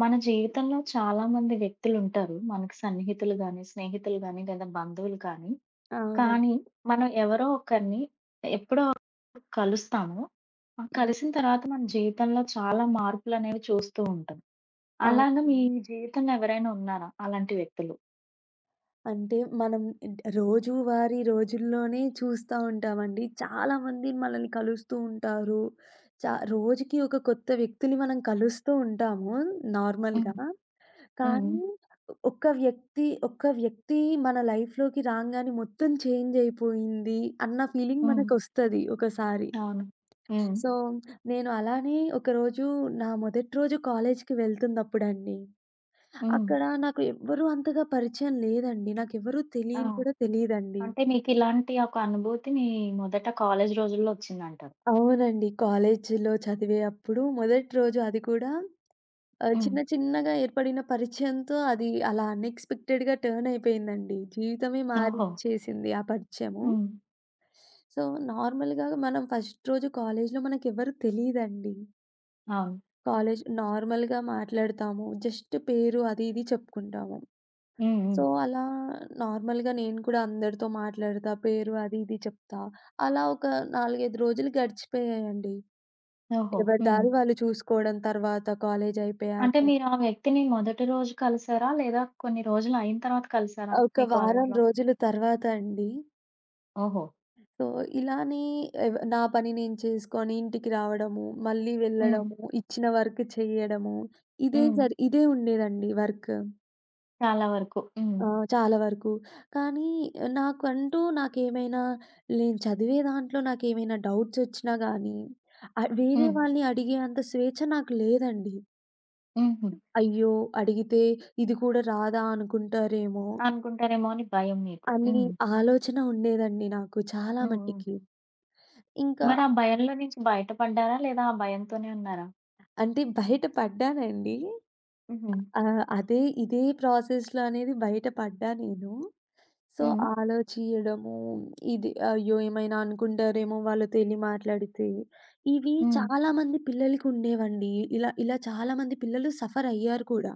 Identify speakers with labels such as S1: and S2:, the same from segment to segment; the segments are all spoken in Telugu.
S1: మన జీవితంలో చాలా మంది వ్యక్తులు ఉంటారు. మనకు సన్నిహితులు గాని, స్నేహితులు గాని, లేదా బంధువులు కానీ.
S2: అవునండి.
S1: కానీ మనం ఎవరో ఒకరిని ఎప్పుడో ఒకరోజు కలుస్తాము. ఆ
S2: హ్మ్.
S1: కలిసిన తర్వాత మన జీవితంలో చాలా మార్పులనేవి చూస్తూ ఉంటాం. అలాగా మీ
S2: అవునండి.
S1: జీవితంలో ఎవరైనా ఉన్నారా అలాంటి వ్యక్తులు?
S2: అంటే మనం రోజువారీ రోజుల్లోనే చూస్తా ఉంటామండి. చాలామంది మనల్ని కలుస్తూ ఉంటారు. చ రోజుకి ఒక కొత్త వ్యక్తిని మనం కలుస్తూ ఉంటాము
S1: హ్మ్.
S2: నార్మల్‌గా.
S1: హ్మ్.
S2: కానీ ఒక్క వ్యక్తి, ఒక్క వ్యక్తి మన లైఫ్‌లోకి రాంగానే మొత్తం చేంజ్ అయిపోయింది అన్న ఫీలింగ్
S1: హ్మ్.
S2: మనకొస్తది ఒకసారి.
S1: అవును. హ్మ్.
S2: సో, నేను అలానే ఒకరోజు నా మొదటి రోజు కాలేజ్‌కి వెళ్తున్నప్పుడండి,
S1: హ్మ్.
S2: అక్కడ నాకు ఎవ్వరు అంతగా పరిచయం లేదండి. నాకెవ్వరు
S1: ఆ!
S2: తెలియని కూడా తెలీదండి.
S1: అంటే మీకిలాంటి ఒక అనుభూతి మీ మొదట కాలేజీ రోజుల్లో వచ్చిందంటారు.
S2: అవునండి. కాలేజీలో చదివే అప్పుడు మొదటి రోజు అది కూడా
S1: హ్మ్.
S2: చిన్న చిన్నగా ఏర్పడిన పరిచయంతో అది అలా అన్‌ఎక్స్‌పెక్టెడ్‌గా టర్న్ అయిపోయిందండి. జీవితమే
S1: ఓహో!
S2: మారిచ్చేసింది ఆ పరిచయము.
S1: హ్మ్.
S2: సో, నార్మల్‌గా మనం ఫస్ట్ రోజు కాలేజీలో మనకెవ్వరు తెలీదండి.
S1: అవును.
S2: కాలేజ్ నార్మల్‌గా మాట్లాడతాము. జస్ట్ పేరు అది ఇది చెప్పుకుంటాము.
S1: హ్మ్. హ్మ్.
S2: సో, అలా నార్మల్‌గా నేను కూడా అందరితో మాట్లాడతా, పేరు అది ఇది చెప్తా. అలా ఒక 4, 5 రోజులు గడిచిపోయాయండి.
S1: ఓహో!
S2: ఎవరి
S1: హ్మ్.
S2: దారి వాళ్ళు చూసుకోవడం తర్వాత కాలేజ్ అయిపోయాక.
S1: అంటే మీరు ఆ వ్యక్తిని మొదటి రోజు కలిసారా? లేదా కొన్ని రోజులు అయిన తర్వాత కలిసారా
S2: ఒక
S1: మీ
S2: వారం
S1: కాలేజీలో?
S2: రోజుల తర్వాత అండి,
S1: ఓహో!
S2: సో, ఇలానే నా పని నేను చేసుకొని ఇంటికి రావడము, మళ్ళీ
S1: హ్మ్.
S2: వెళ్ళడము, ఇచ్చిన వర్క్ చేయడము,
S1: హ్మ్.
S2: ఇదే ఉండేదండి వర్క్.
S1: చాలా వరకు. హ్మ్.
S2: ఆ! చాలా వరకు. కానీ నాకంటూ నాకేమైనా నేను చదివే దాంట్లో నాకేమైనా డౌట్స్ వచ్చినా గానీ, వేరే
S1: హ్మ్.
S2: వాళ్ళని అడిగే అంత స్వేచ్ఛ నాకు లేదండి.
S1: హుహు.
S2: అయ్యో! అడిగితే ఇది కూడా రాదా అనుకుంటారేమో
S1: అనుకుంటారేమో అని భయం మీకు.
S2: అని
S1: హ్మ్.
S2: ఆలోచన ఉండేదండి నాకు చాలా
S1: హ్మ్. హ్మ్.
S2: మట్టికి. ఇంకా
S1: మరి ఆ భయంలో నుంచి బయటపడ్డారా? లేదా ఆ భయంతోనే ఉన్నారా?
S2: అంటే బయట పడ్డానండి.
S1: హుహు.
S2: ఆ! ఇదే ప్రాసెస్‌లో అనేది బయట పడ్డా నేను. సో,
S1: హ్మ్.
S2: ఆలోచియడము ఇది అయ్యో! ఏమైనా అనుకుంటారేమో వాళ్ళతో ఎళ్లి మాట్లాడితే. ఇవి
S1: హ్మ్.
S2: చాలామంది పిల్లలకుండేవండి. ఇలా ఇలా చాలామంది పిల్లలు సఫర్ అయ్యారు కూడా.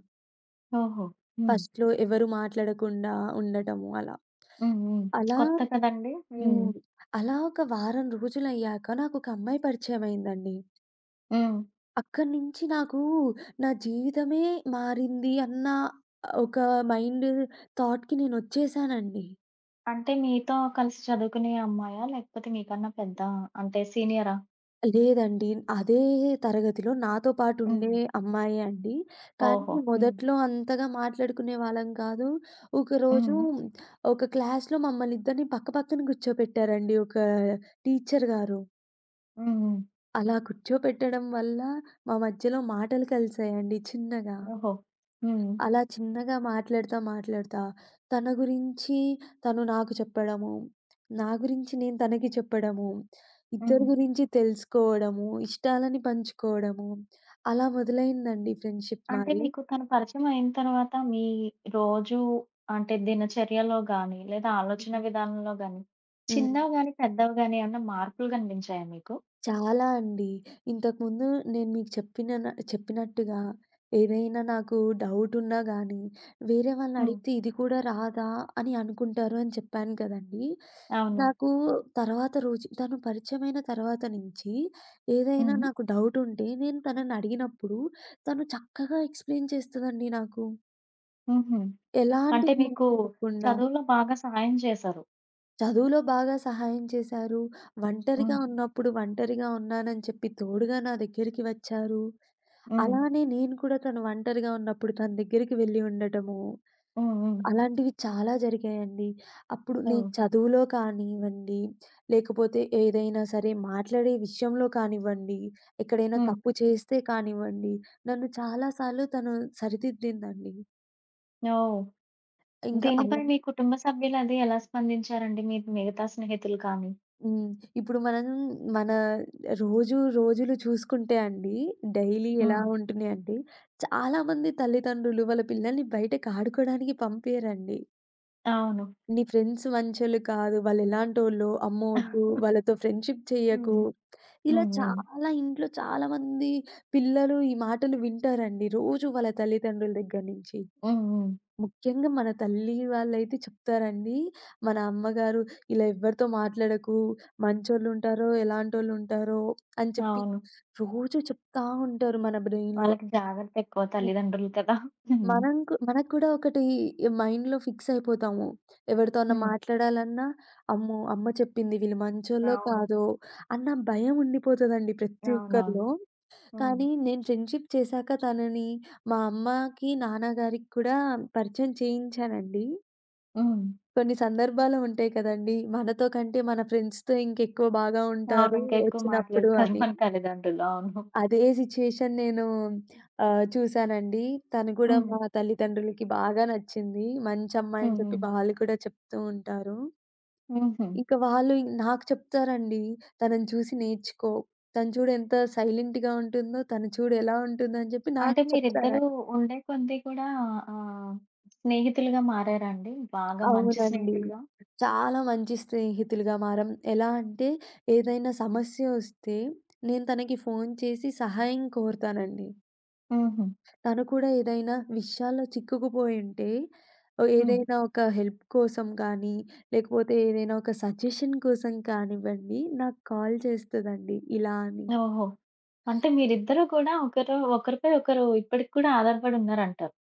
S1: ఓహో! హ్మ్.
S2: ఫస్ట్‌లో ఎవరు మాట్లాడకుండా ఉండటము అలా.
S1: హ్మ్. హ్మ్.
S2: అలా
S1: కొత్త కదండీ! హ్మ్.
S2: హ్మ్. అలా ఒక వారం రోజులయ్యాక నాకొక అమ్మాయి పరిచయమయిందండి.
S1: హ్మ్.
S2: అక్కడి నుంచి నాకు నా జీవితమే మారింది అన్న ఒక మైండ్ థాట్‌కి నేనొచ్చేసానండి.
S1: అంటే మీతో కలిసి చదువుకునే అమ్మాయా? లేకపోతే మీకన్నా పెద్ద అంటే సీనియరా?
S2: లేదండి. అదే తరగతిలో నాతో పాటు ఉండే
S1: హ్మ్.
S2: అమ్మాయే అండి. కానీ
S1: ఓహో! హ్మ్.
S2: మొదట్లో అంతగా మాట్లాడుకునే వాళ్ళం కాదు. ఒకరోజు
S1: హ్మ్.
S2: ఒక క్లాస్‌లో మమ్మల్ని ఇద్దరిని పక్క పక్కన కూర్చోపెట్టారండి ఒక టీచర్ గారు.
S1: హ్మ్. హ్మ్.
S2: అలా కూర్చోపెట్టడం వల్ల మా మధ్యలో మాటలు కలిసాయండి చిన్నగా.
S1: ఓహో! హ్మ్.
S2: అలా చిన్నగా మాట్లాడుతా, మాట్లాడుతా తన గురించి తను నాకు చెప్పడము, నా గురించి నేను తనకి చెప్పడము, ఇద్దరి
S1: హ్మ్.
S2: గురించి తెలుసుకోవడము, ఇష్టాలని పంచుకోవడము, అలా మొదలైందండి ఫ్రెండ్‌షిప్
S1: అంటే
S2: మాది.
S1: మీకు తను పరిచయం అయిన తర్వాత మీ రోజు అంటే దినచర్యలో గాని, లేదా ఆలోచన
S2: హ్మ్.
S1: విధానంలో గాని,
S2: హ్మ్.
S1: చిన్నవి గాని, పెద్దవి గాని ఏమన్నా మార్పులు కనిపించాయా మీకు?
S2: చాలా అండి. ఇంతకుముందు నేను మీకు చెప్పినట్టుగా, ఏదైనా నాకు డౌటున్నా గానీ, వేరే
S1: హ్మ్.
S2: వాళ్ళనడిగితే ఇది కూడా రాదా అని అనుకుంటారు అని చెప్పాను కదండీ!
S1: అవును.
S2: నాకు తర్వాత రోజు తను పరిచయమైన తర్వాత నుంచి ఏదైనా
S1: హ్మ్.
S2: నాకు డౌటుంటే నేను తననడిగినప్పుడు తను చక్కగా ఎక్స్‌ప్లెయిన్ చేస్తదండి నాకు.
S1: హుహు.
S2: ఎలాంటి
S1: అంటే మీకు
S2: ఫీలింగ్ లేకుండా.
S1: చదువులో బాగా సహాయం చేశారు.
S2: చదువులో బాగా సహాయం చేశారు. ఒంటరిగా
S1: హ్మ్.
S2: ఉన్నప్పుడు ఒంటరిగా ఉన్నానని చెప్పి తోడుగా నా దగ్గరికి వచ్చారు.
S1: హ్మ్.
S2: అలానే నేను కూడా తను ఒంటరిగా ఉన్నప్పుడు తన దగ్గరికి వెళ్లి ఉండటము,
S1: హ్మ్. హ్మ్.
S2: అలాంటివి చాలా జరిగాయండి. అప్పుడు నేను
S1: ఓహ్!
S2: చదువులో కానివ్వండి, లేకపోతే ఏదైనా సరే మాట్లాడే విషయంలో కానివ్వండి, ఎక్కడైనా
S1: హ్మ్.
S2: తప్పు చేస్తే కానివ్వండి, నన్ను చాలా సార్లు తను సరిదిద్దిందండి.
S1: ఓహ్!
S2: ఇంకా
S1: దీనిపై
S2: అలా
S1: మీ కుటుంబ సభ్యులది ఎలా స్పందించారండి? మీ మిగతా స్నేహితులు కానీ?
S2: హ్మ్. ఇప్పుడు మనం మన రోజు రోజులు చూసుకుంటే అండి, డైలీ ఎలా
S1: హ్మ్.
S2: ఉంటున్నాయంటే, చాలామంది తల్లిదండ్రులు వాళ్ళ పిల్లల్ని బయటకి ఆడుకోవడానికి పంపియరండి.
S1: అవును.
S2: నీ ఫ్రెండ్స్ మంచోళ్ళు కాదు. వాళ్ళెలాంటోళ్ళో, అమ్మో వద్దు, వాళ్ళతో ఫ్రెండ్‌షిప్ చెయ్యకు.
S1: హ్మ్.
S2: ఇలా
S1: హ్మ్. హ్మ్.
S2: చాలా ఇంట్లో చాలామంది పిల్లలు ఈ మాటలు వింటారండి. రోజు వాళ్ళ తల్లిదండ్రుల దగ్గర నుంచి.
S1: హ్మ్. హ్మ్.
S2: ముఖ్యంగా మన తల్లి వాళ్ళైతే చెప్తారండి. మన అమ్మగారు ఇలా ఎవ్వరితో మాట్లాడకు. మంచోళ్ళుంటారో, ఎలాంటోళ్ళుంటారో అని చెప్పి
S1: అవును.
S2: రోజు చెప్తా ఉంటారు మన బ్రెయిన్‌లో.
S1: వాళ్ళకి జాగ్రత్తెక్కువ తల్లిదండ్రులు కదా! హ్మ్.
S2: మనం కు మనకు కూడా ఒకటి మైండ్‌లో ఫిక్స్ అయిపోతాము. ఎవరితో అన్నా
S1: హ్మ్.
S2: మాట్లాడాలన్నా, అమ్మో! అమ్మ చెప్పింది వీళ్ళు మంచోళ్ళో
S1: అవును.
S2: కాదో అన్న భయం ఉండిపోతదండి ప్రతి
S1: అవునవును.
S2: ఒక్కరిలో.
S1: హ్మ్.
S2: కానీ నేను ఫ్రెండ్‌షిప్ చేశాక తనని మా అమ్మకి, నాన్నగారికి కూడా పరిచయం చేయించానండి.
S1: హ్మ్.
S2: కొన్ని సందర్భాలు ఉంటాయి కదండీ! మనతో కంటే మన ఫ్రెండ్స్‌తో ఇంకెక్కువ బాగా
S1: అవును.
S2: ఉంటారు
S1: ఇంకా ఎక్కువ
S2: వచ్చినప్పుడు
S1: మాట్లాడతారు
S2: అని.
S1: మన తల్లిదండ్రులు. అవును.
S2: అదే సిట్యుయేషన్ నేను చూసానండి. తను కూడా
S1: హ్మ్.
S2: మా తల్లిదండ్రులకి బాగా నచ్చింది. మంచి అమ్మాయి
S1: హ్మ్.
S2: అని చెప్పి
S1: హ్మ్.
S2: వాళ్ళు కూడా చెప్తూ ఉంటారు.
S1: హుహు.
S2: ఇంకా వాళ్ళు నాకు చెప్తారండి. "తనని చూసి నేర్చుకో. తను చూడు ఎంత సైలెంట్‌గా ఉంటుందో, తను చూడు ఎలా ఉంటుందో" అని చెప్పి నాకు
S1: అంటే మీరిద్దరూ
S2: చెప్తారండి.
S1: ఉండే కొద్దీ కూడా ఆహ్, స్నేహితులుగా మారారా అండి? బాగా మంచి
S2: అవునండి.
S1: స్నేహితులుగా?
S2: చాలా మంచి స్నేహితులుగా మారాం. ఎలా అంటే ఏదైనా సమస్య వస్తే నేను తనకి ఫోను చేసి సహాయం కోరుతానండి.
S1: హుహు.
S2: తను కూడా ఏదైనా విషయాల్లో చిక్కుకుపోయుంటే, ఓహ్!
S1: హ్మ్.
S2: ఏదైనా ఒక హెల్ప్ కోసం కానీ, లేకపోతే ఏదైనా ఒక సజెషన్ కోసం కానివ్వండి, నాకు కాల్ చేస్తదండి ఇలా అని.
S1: ఓహో! అంటే మీరిద్దరూ కూడా ఒకరు ఒకరిపై ఒకరు ఇప్పటికి కూడా ఆధారపడి ఉన్నారంటారు.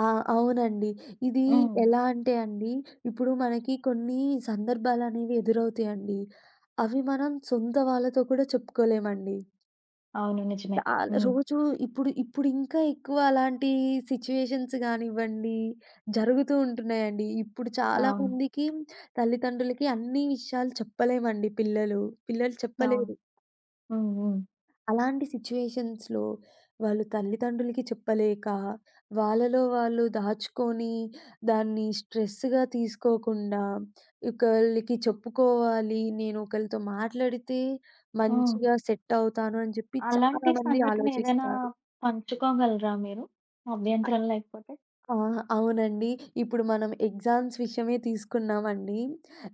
S2: ఆ! అవునండి. ఇది
S1: హ్మ్.
S2: ఎలా అంటే అండి, ఇప్పుడు మనకి కొన్ని సందర్భాలనేవి ఎదురవుతాయండి. అవి మనం సొంత వాళ్ళతో కూడా చెప్పుకోలేమండి.
S1: అవును. నిజమే.
S2: చాలా
S1: హ్మ్.
S2: రోజు ఇప్పుడు ఇప్పుడు ఇంకా ఎక్కువ అలాంటి సిట్యుయేషన్స్ గానివ్వండి, జరుగుతూ ఉంటున్నాయండి. ఇప్పుడు చాలా
S1: అవును.
S2: మందికి తల్లిదండ్రులకి అన్ని విషయాలు చెప్పలేమండి పిల్లలు. పిల్లలు
S1: అవును.
S2: చెప్పలేరు.
S1: హ్మ్. హ్మ్.
S2: అలాంటి సిట్యుయేషన్స్‌లో వాళ్ళు తల్లిదండ్రులకి చెప్పలేక, వాళ్ళలో వాళ్ళు దాచుకొని, దాన్ని స్ట్రెస్‌గా తీసుకోకుండా, ఒకళ్ళకి చెప్పుకోవాలి, నేను ఒకళ్ళతో మాట్లాడితే
S1: హ్మ్.
S2: మంచిగా సెట్ అవుతాను అని చెప్పి చాలా
S1: అలాంటి
S2: మంది
S1: సంఘటన ఏదైనా
S2: ఆలోచిస్తారు.
S1: పంచుకోగలరా మీరు? అభ్యంతరం లేకపోతే?
S2: ఆ! అవునండి. ఇప్పుడు మనం ఎగ్జామ్స్ విషయమే తీసుకున్నామండి.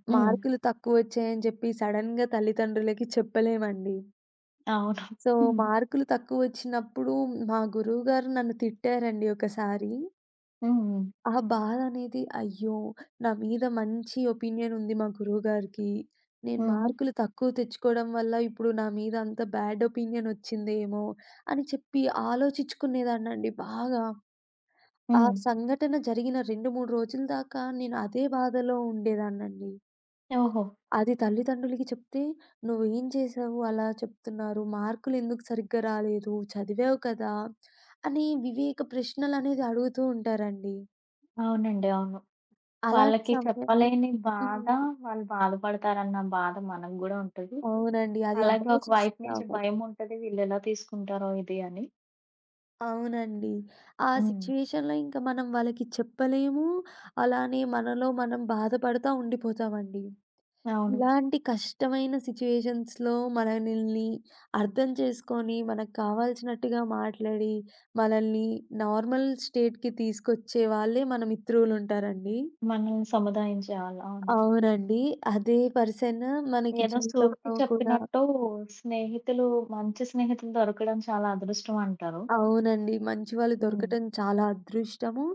S1: హ్మ్.
S2: మార్కులు తక్కువొచ్చాయని చెప్పి సడెన్‌గా తల్లిదండ్రులకి చెప్పలేమండి.
S1: అవును.
S2: సో,
S1: హ్మ్.
S2: మార్కులు తక్కువొచ్చినప్పుడు మా గురువుగారు నన్ను తిట్టారండి ఒకసారి.
S1: హ్మ్. హ్మ్.
S2: ఆ బాధనేది అయ్యో! నా మీద మంచి ఒపీనియన్ ఉంది మా గురువుగారికి. నేను
S1: హ్మ్.
S2: మార్కులు తక్కువ తెచ్చుకోవడం వల్ల ఇప్పుడు నా మీద అంత బ్యాడ్ ఒపీనియన్ వచ్చిందేమో అని చెప్పి ఆలోచించుకునేదాన్నండి బాగా. ఆ
S1: హ్మ్.
S2: సంఘటన జరిగిన 2, 3 రోజుల దాకా నేను అదే బాధలో ఉండేదాన్నండి.
S1: ఓహో!
S2: అది తల్లిదండ్రులకి చెప్తే, "నువ్వేం చేశావు అలా చెప్తున్నారు? మార్కులెందుకు సరిగ్గా రాలేదు? చదివావు కదా!" అని వివేక ప్రశ్నలనేది అడుగుతూ ఉంటారండి.
S1: అవునండి. అవును.
S2: అలాంటి
S1: వాళ్ళకి
S2: సమయంలో
S1: చెప్పలేని బాధ
S2: హ్మ్.
S1: వాళ్ళు బాధపడతారన్న బాధ మనకు గూడా ఉంటది.
S2: అవునండి. అది
S1: అలాగే ఒక వైపు నుంచి
S2: ఆలోచిస్తాము.
S1: భయముంటది. వీళ్ళెలా తీసుకుంటారో ఇది అని.
S2: అవునండి. ఆ
S1: హ్మ్.
S2: సిచ్యుయేషన్‌లో ఇంక మనం వాళ్ళకి చెప్పలేము. అలానే మనలో మనం బాధపడతా ఉండిపోతామండి.
S1: అవును.
S2: ఇలాంటి కష్టమైన సిట్యుయేషన్స్‌లో మనల్ని అర్థం చేసుకొని, మనకు కావాల్సినట్టుగా మాట్లాడి, మనల్ని నార్మల్ స్టేట్‌కి తీసుకొచ్చే వాళ్ళే మన మిత్రులుంటారండి.
S1: మనల్ని సముదాయించే వాళ్ళు. అవును.
S2: అవునండి. అదే పర్సన్ మనకి
S1: ఏదో సూక్తి
S2: జీవితంలో కూడా
S1: చెప్పినట్టు స్నేహితులు మంచి స్నేహితులు దొరకడం చాలా అదృష్టం అంటారు.
S2: అవునండి. మంచి వాళ్ళు
S1: హ్మ్.
S2: దొరకటం చాలా అదృష్టము.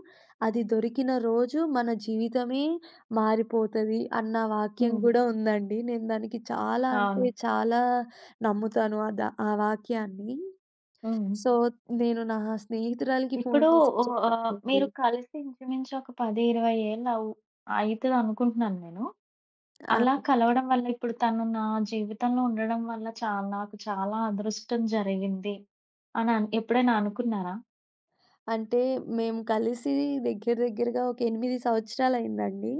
S2: అది దొరికిన రోజు మన జీవితమే మారిపోతది అన్న వాక్యం
S1: హ్మ్.
S2: కూడా ఉందండి. నేను దానికి చాలా అంటే
S1: అవును.
S2: చాలా నమ్ముతాను. ఆ వాక్యాన్ని.
S1: హ్మ్.
S2: సో, నేను నా స్నేహితురాలికి ఫోను
S1: ఇప్పుడు
S2: చేసి
S1: ఓ
S2: చెప్పానండి.
S1: మీరు కలిసి ఇంచుమించు ఒక 10, 20 ఏళ్ళు అయితదనుకుంటున్నాను నేను.
S2: ఆ!
S1: అలా కలవడం వల్ల ఇప్పుడు తను నా జీవితంలో ఉండడం వల్ల చాలా నాకు చాలా అదృష్టం జరిగింది అని ఎప్పుడైనా అనుకున్నారా?
S2: అంటే మేము కలిసి దగ్గర దగ్గరగా ఒక 8 సంవత్సరాలయిందండి.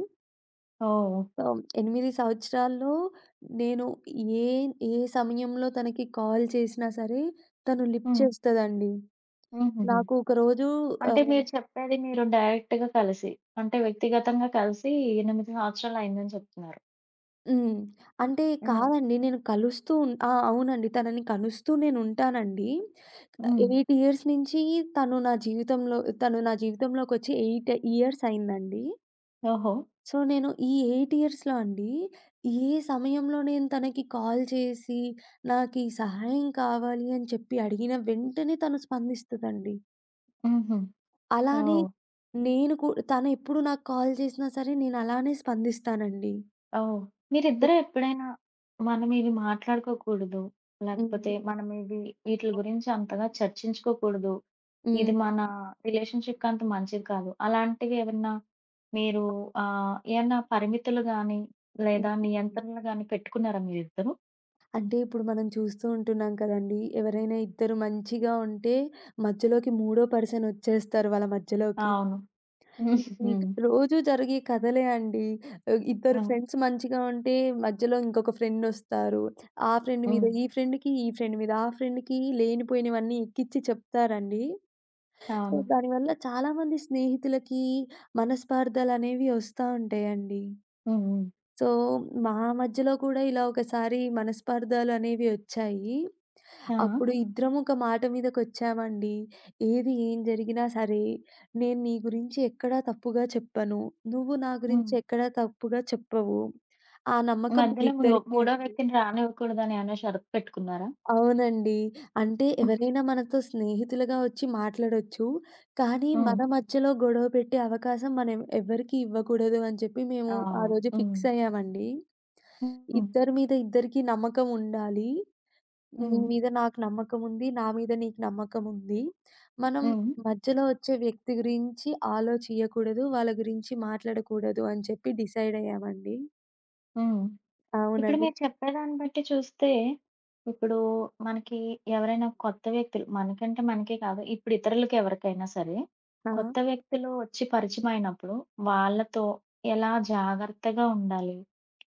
S1: ఓహ్!
S2: సో, 8 సంవత్సరాల్లో నేను ఏ ఏ సమయంలో తనకి కాల్ చేసినా సరే, తను లిఫ్ట్
S1: హ్మ్.
S2: చేస్తదండి.
S1: హుహుహు.
S2: నాకు ఒకరోజు
S1: అంటే
S2: ఆహ్
S1: మీరు చెప్పేది మీరు డైరెక్ట్‌గా కలిసి, అంటే వ్యక్తిగతంగా కలిసి 8 సంవత్సరాలయిందని చెప్తున్నారు.
S2: హ్మ్. అంటే
S1: హ్మ్.
S2: కాదండి. నేను కలుస్తూ ఉన్ ఆ! అవునండి. తనని కలుస్తూ నేనుంటానండి.
S1: హ్మ్.
S2: 8 ఇయర్స్ నుంచి తను నా జీవితంలో తను నా జీవితంలోకొచ్చి 8 ఇయర్స్ అయిందండి.
S1: ఓహో!
S2: సో, నేను ఈ 8 ఇయర్స్‌లో అండి, ఏ సమయంలో నేను తనకి కాల్ చేసి, నాకీ సహాయం కావాలి అని చెప్పి అడిగిన వెంటనే తను స్పందిస్తదండి.
S1: హుహు.
S2: అలానే
S1: ఓహ్!
S2: నేను కూ తనెప్పుడు నాకు కాల్ చేసినా సరే నేనలానే స్పందిస్తానండి.
S1: ఓహ్! మీరిద్దరూ ఎప్పుడైనా మనం ఇవి మాట్లాడుకోకూడదు, లేకపోతే
S2: హ్మ్.
S1: మనం ఇవి వీటిల గురించి అంతగా చర్చించుకోకూడదు. ఇది
S2: హ్మ్.
S1: మన రిలేషన్‌షిప్‌కి అంత మంచిది కాదు. అలాంటివి ఏమన్నా మీరు ఏమన్నా పరిమితులు గాని,
S2: హ్మ్.
S1: లేదా నియంత్రణలు గాని పెట్టుకున్నారా మీరిద్దరూ?
S2: అంటే ఇప్పుడు మనం చూస్తూ ఉంటున్నాం కదండీ! ఎవరైనా ఇద్దరు మంచిగా ఉంటే మధ్యలోకి మూడో పర్సన్ వచ్చేస్తారు వాళ్ళ మధ్యలోకి.
S1: అవును.
S2: ఇవి
S1: హ్మ్.
S2: రోజు జరిగే కథలే అండి. ఇద్దరు
S1: హ్మ్.
S2: ఫ్రెండ్స్ మంచిగా ఉంటే మధ్యలో ఇంకొక ఫ్రెండ్ వస్తారు. ఆ ఫ్రెండ్ మీద
S1: హ్మ్.
S2: ఈ ఫ్రెండ్‌కి, ఈ ఫ్రెండ్ మీద ఆ ఫ్రెండ్‌కి లేనిపోయినవన్నీ ఎక్కిచ్చి చెప్తారండి. సో,
S1: అవును.
S2: దానివల్ల చాలామంది స్నేహితులకి మనస్పార్థాలనేవి వస్తా ఉంటాయండి.
S1: హ్మ్. హ్మ్.
S2: సో, మా మధ్యలో కూడా ఇలా ఒకసారి మనస్పార్థాలనేవి వచ్చాయి.
S1: ఆ!
S2: అప్పుడు ఇద్దరం ఒక మాట మీదకొచ్చామండి. ఏది ఏం జరిగినా సరే, నేను నీ గురించి ఎక్కడా తప్పుగా చెప్పను. నువ్వు నా
S1: హ్మ్.
S2: గురించి ఎక్కడా తప్పుగా చెప్పవు. ఆ నమ్మకం
S1: మధ్యలో మూయో
S2: మనిద్దరికీ
S1: మూడో
S2: ఉంది.
S1: వ్యక్తిని రానివ్వకూడదని ఏమైనా షరతు పెట్టుకున్నారా?
S2: అవునండి. అంటే ఎవరైనా మనతో స్నేహితులుగా వచ్చి మాట్లాడొచ్చు. కానీ
S1: హ్మ్.
S2: మన మధ్యలో గొడవ పెట్టే అవకాశం మనం ఎవ్వరికీ ఇవ్వకూడదు అని చెప్పి మేము ఆ
S1: అవును.
S2: రోజు
S1: హ్మ్.
S2: ఫిక్స్ అయ్యామండి.
S1: హ్మ్. హ్మ్.
S2: ఇద్దరి మీద ఇద్దరికీ నమ్మకం ఉండాలి. నీ
S1: హ్మ్.
S2: మీద నాకు నమ్మకముంది. నా మీద నీకు నమ్మకముంది. మనం
S1: హ్మ్.
S2: మధ్యలో వచ్చే వ్యక్తి గురించి ఆలోచియకూడదు. వాళ్ళ గురించి మాట్లాడకూడదు అని చెప్పి డిసైడ్ అయ్యామండి.
S1: హ్మ్. ఇప్పుడు
S2: అవునండి.
S1: మీరు చెప్పేదాన్ని బట్టి చూస్తే, ఇప్పుడు మనకి ఎవరైనా కొత్త వ్యక్తులు మనకంటే మనకే కాదు, ఇప్పుడు ఇతరులకి ఎవరికైనా సరే,
S2: ఆ!
S1: కొత్త వ్యక్తులు వచ్చి పరిచయమైనప్పుడు వాళ్ళతో ఎలా జాగ్రత్తగా ఉండాలి?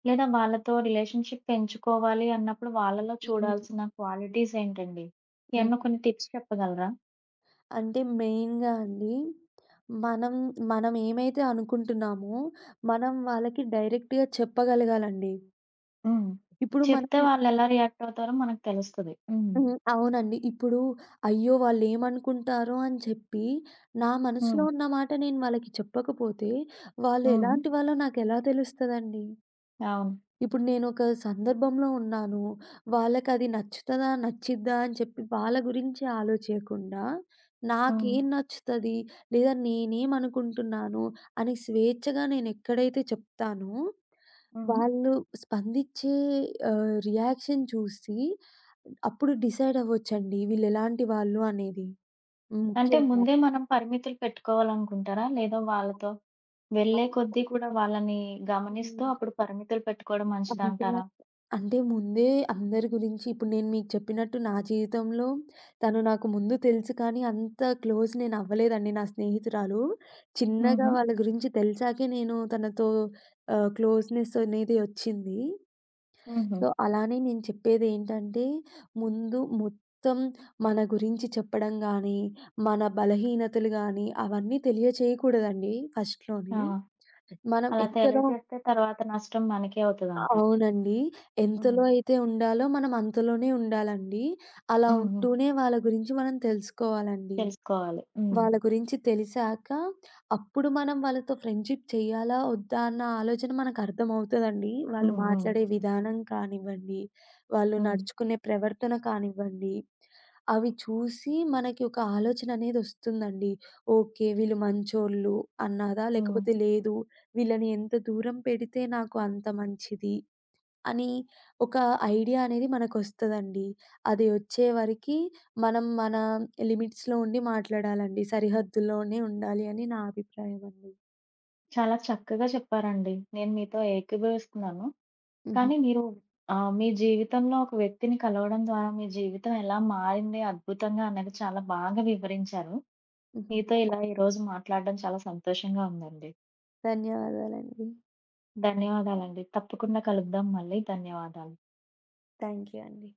S1: లేదా వాళ్ళతో రిలేషన్‌షిప్ పెంచుకోవాలి అన్నప్పుడు వాళ్ళలో
S2: హ్మ్.
S1: చూడాల్సిన క్వాలిటీస్ ఏంటండి?
S2: హ్మ్.
S1: ఏమన్నా కొన్ని టిప్స్ చెప్పగలరా?
S2: అంటే మెయిన్‌గా అండి, మనం మనం ఏమైతే అనుకుంటున్నామో, మనం వాళ్ళకి డైరెక్ట్‌గా చెప్పగలగాలండి.
S1: హ్మ్.
S2: ఇప్పుడు
S1: చెప్తే
S2: మనం
S1: వాళ్ళెలా రియాక్ట్ అవుతారో మనకు తెలుస్తది. హ్మ్.
S2: హ్మ్. అవునండి. ఇప్పుడు అయ్యో! వాళ్ళేమనుకుంటారో అని చెప్పి, నా మనసులో
S1: హ్మ్.
S2: ఉన్న మాట నేను వాళ్ళకి చెప్పకపోతే, వాళ్ళు
S1: హ్మ్.
S2: ఎలాంటి వాళ్ళో నాకెలా తెలుస్తదండి?
S1: అవును.
S2: ఇప్పుడు నేనొక సందర్భంలో ఉన్నాను. వాళ్ళకది నచ్చుతదా? నచ్చిద్దా? అని చెప్పి వాళ్ళ గురించి ఆలోచియకుండా,
S1: హ్మ్.
S2: నాకేం నచ్చుతది? లేదా నేనేమనుకుంటున్నాను? అని స్వేచ్ఛగా నేనెక్కడైతే చెప్తానో,
S1: హ్మ్.
S2: వాళ్ళు స్పందించే రియాక్షన్ చూసి అప్పుడు డిసైడ్ అవ్వొచ్చండి. వీళ్ళెలాంటి వాళ్ళు అనేది.
S1: అంటే
S2: ముఖ్యంగా.
S1: ముందే మనం పరిమితులు పెట్టుకోవాలనుకుంటారా? లేదా వాళ్ళతో వెళ్ళే కొద్దీ కూడా వాళ్ళని గమనిస్తూ
S2: హ్మ్.
S1: అప్పుడు పరిమితులు పెట్టుకోవడం
S2: అంటే
S1: మంచిదంటారా?
S2: అంటే ముందే అందరి గురించి ఇప్పుడు నేను మీకు చెప్పినట్టు నా జీవితంలో తను నాకు ముందు తెలుసు కానీ అంత క్లోజ్ నేను అవ్వలేదండి నా స్నేహితురాలు. చిన్నగా
S1: హుహు.
S2: వాళ్ళ గురించి తెలిసాకే నేను తనతో క్లోజ్‌నెస్ అనేది వచ్చింది.
S1: హుహు.
S2: సో, అలానే నేను చెప్పేదేంటంటే ముందు మొత్తం మన గురించి చెప్పడం గానీ, మన బలహీనతలు గానీ అవన్నీ తెలియచేయకూడదండి
S1: ఆ!
S2: ఫస్ట్‌లోని. మనం
S1: అలా
S2: ఎంతలో
S1: తెలియజేస్తే తర్వాత నష్టం మనకే అవుతదంటారు.
S2: అవునండి.
S1: హ్మ్.
S2: ఎంతలో అయితే ఉండాలో మనం అంతలోనే ఉండాలండి. అలా
S1: హ్మ్. హ్మ్.
S2: ఉంటూనే వాళ్ళ గురించి మనం తెలుసుకోవాలండి.
S1: తెలుసుకోవాలి. హ్మ్.
S2: వాళ్ళ గురించి తెలిసాక అప్పుడు మనం వాళ్ళతో ఫ్రెండ్‌షిప్ చేయాలా? వద్దా? అన్న ఆలోచన మనకర్థమవుతదండి. వాళ్ళు
S1: హ్మ్. హ్మ్.
S2: మాట్లాడే విధానం కానివ్వండి, వాళ్ళు
S1: హ్మ్.
S2: నడుచుకునే ప్రవర్తన కానివ్వండి, అవి చూసి మనకి ఒక ఆలోచన అనేదొస్తుందండి. ఓకే. వీళ్ళు మంచోళ్ళు అన్నదా?
S1: హ్మ్.
S2: లేకపోతే లేదు వీళ్ళని ఎంత దూరం పెడితే నాకు అంత మంచిది. అని ఒక ఐడియా అనేది మనకొస్తదండి. అది ఒచ్చే వరకి మనం మన లిమిట్స్‌లో ఉండి మాట్లాడాలండి. సరిహద్దుల్లోనే ఉండాలి అని నా అభిప్రాయం అండి.
S1: చాలా చక్కగా చెప్పారండి. నేను మీతో ఏకీభవిస్తున్నాను.
S2: హుహు.
S1: కానీ మీరు మీ జీవితంలో ఒక వ్యక్తిని కలవడం ద్వారా మీ జీవితం ఎలా మారింది అద్భుతంగా అన్నది చాలా బాగా వివరించారు.
S2: హ్మ్.
S1: మీతో ఇలా ఈరోజు మాట్లాడడం చాలా సంతోషంగా ఉందండి.
S2: ధన్యవాదాలండి.
S1: ధన్యవాదాలండి. తప్పకుండా కలుద్దాం మళ్ళీ. ధన్యవాదాలు.
S2: థ్యాంక్ యూ అండి.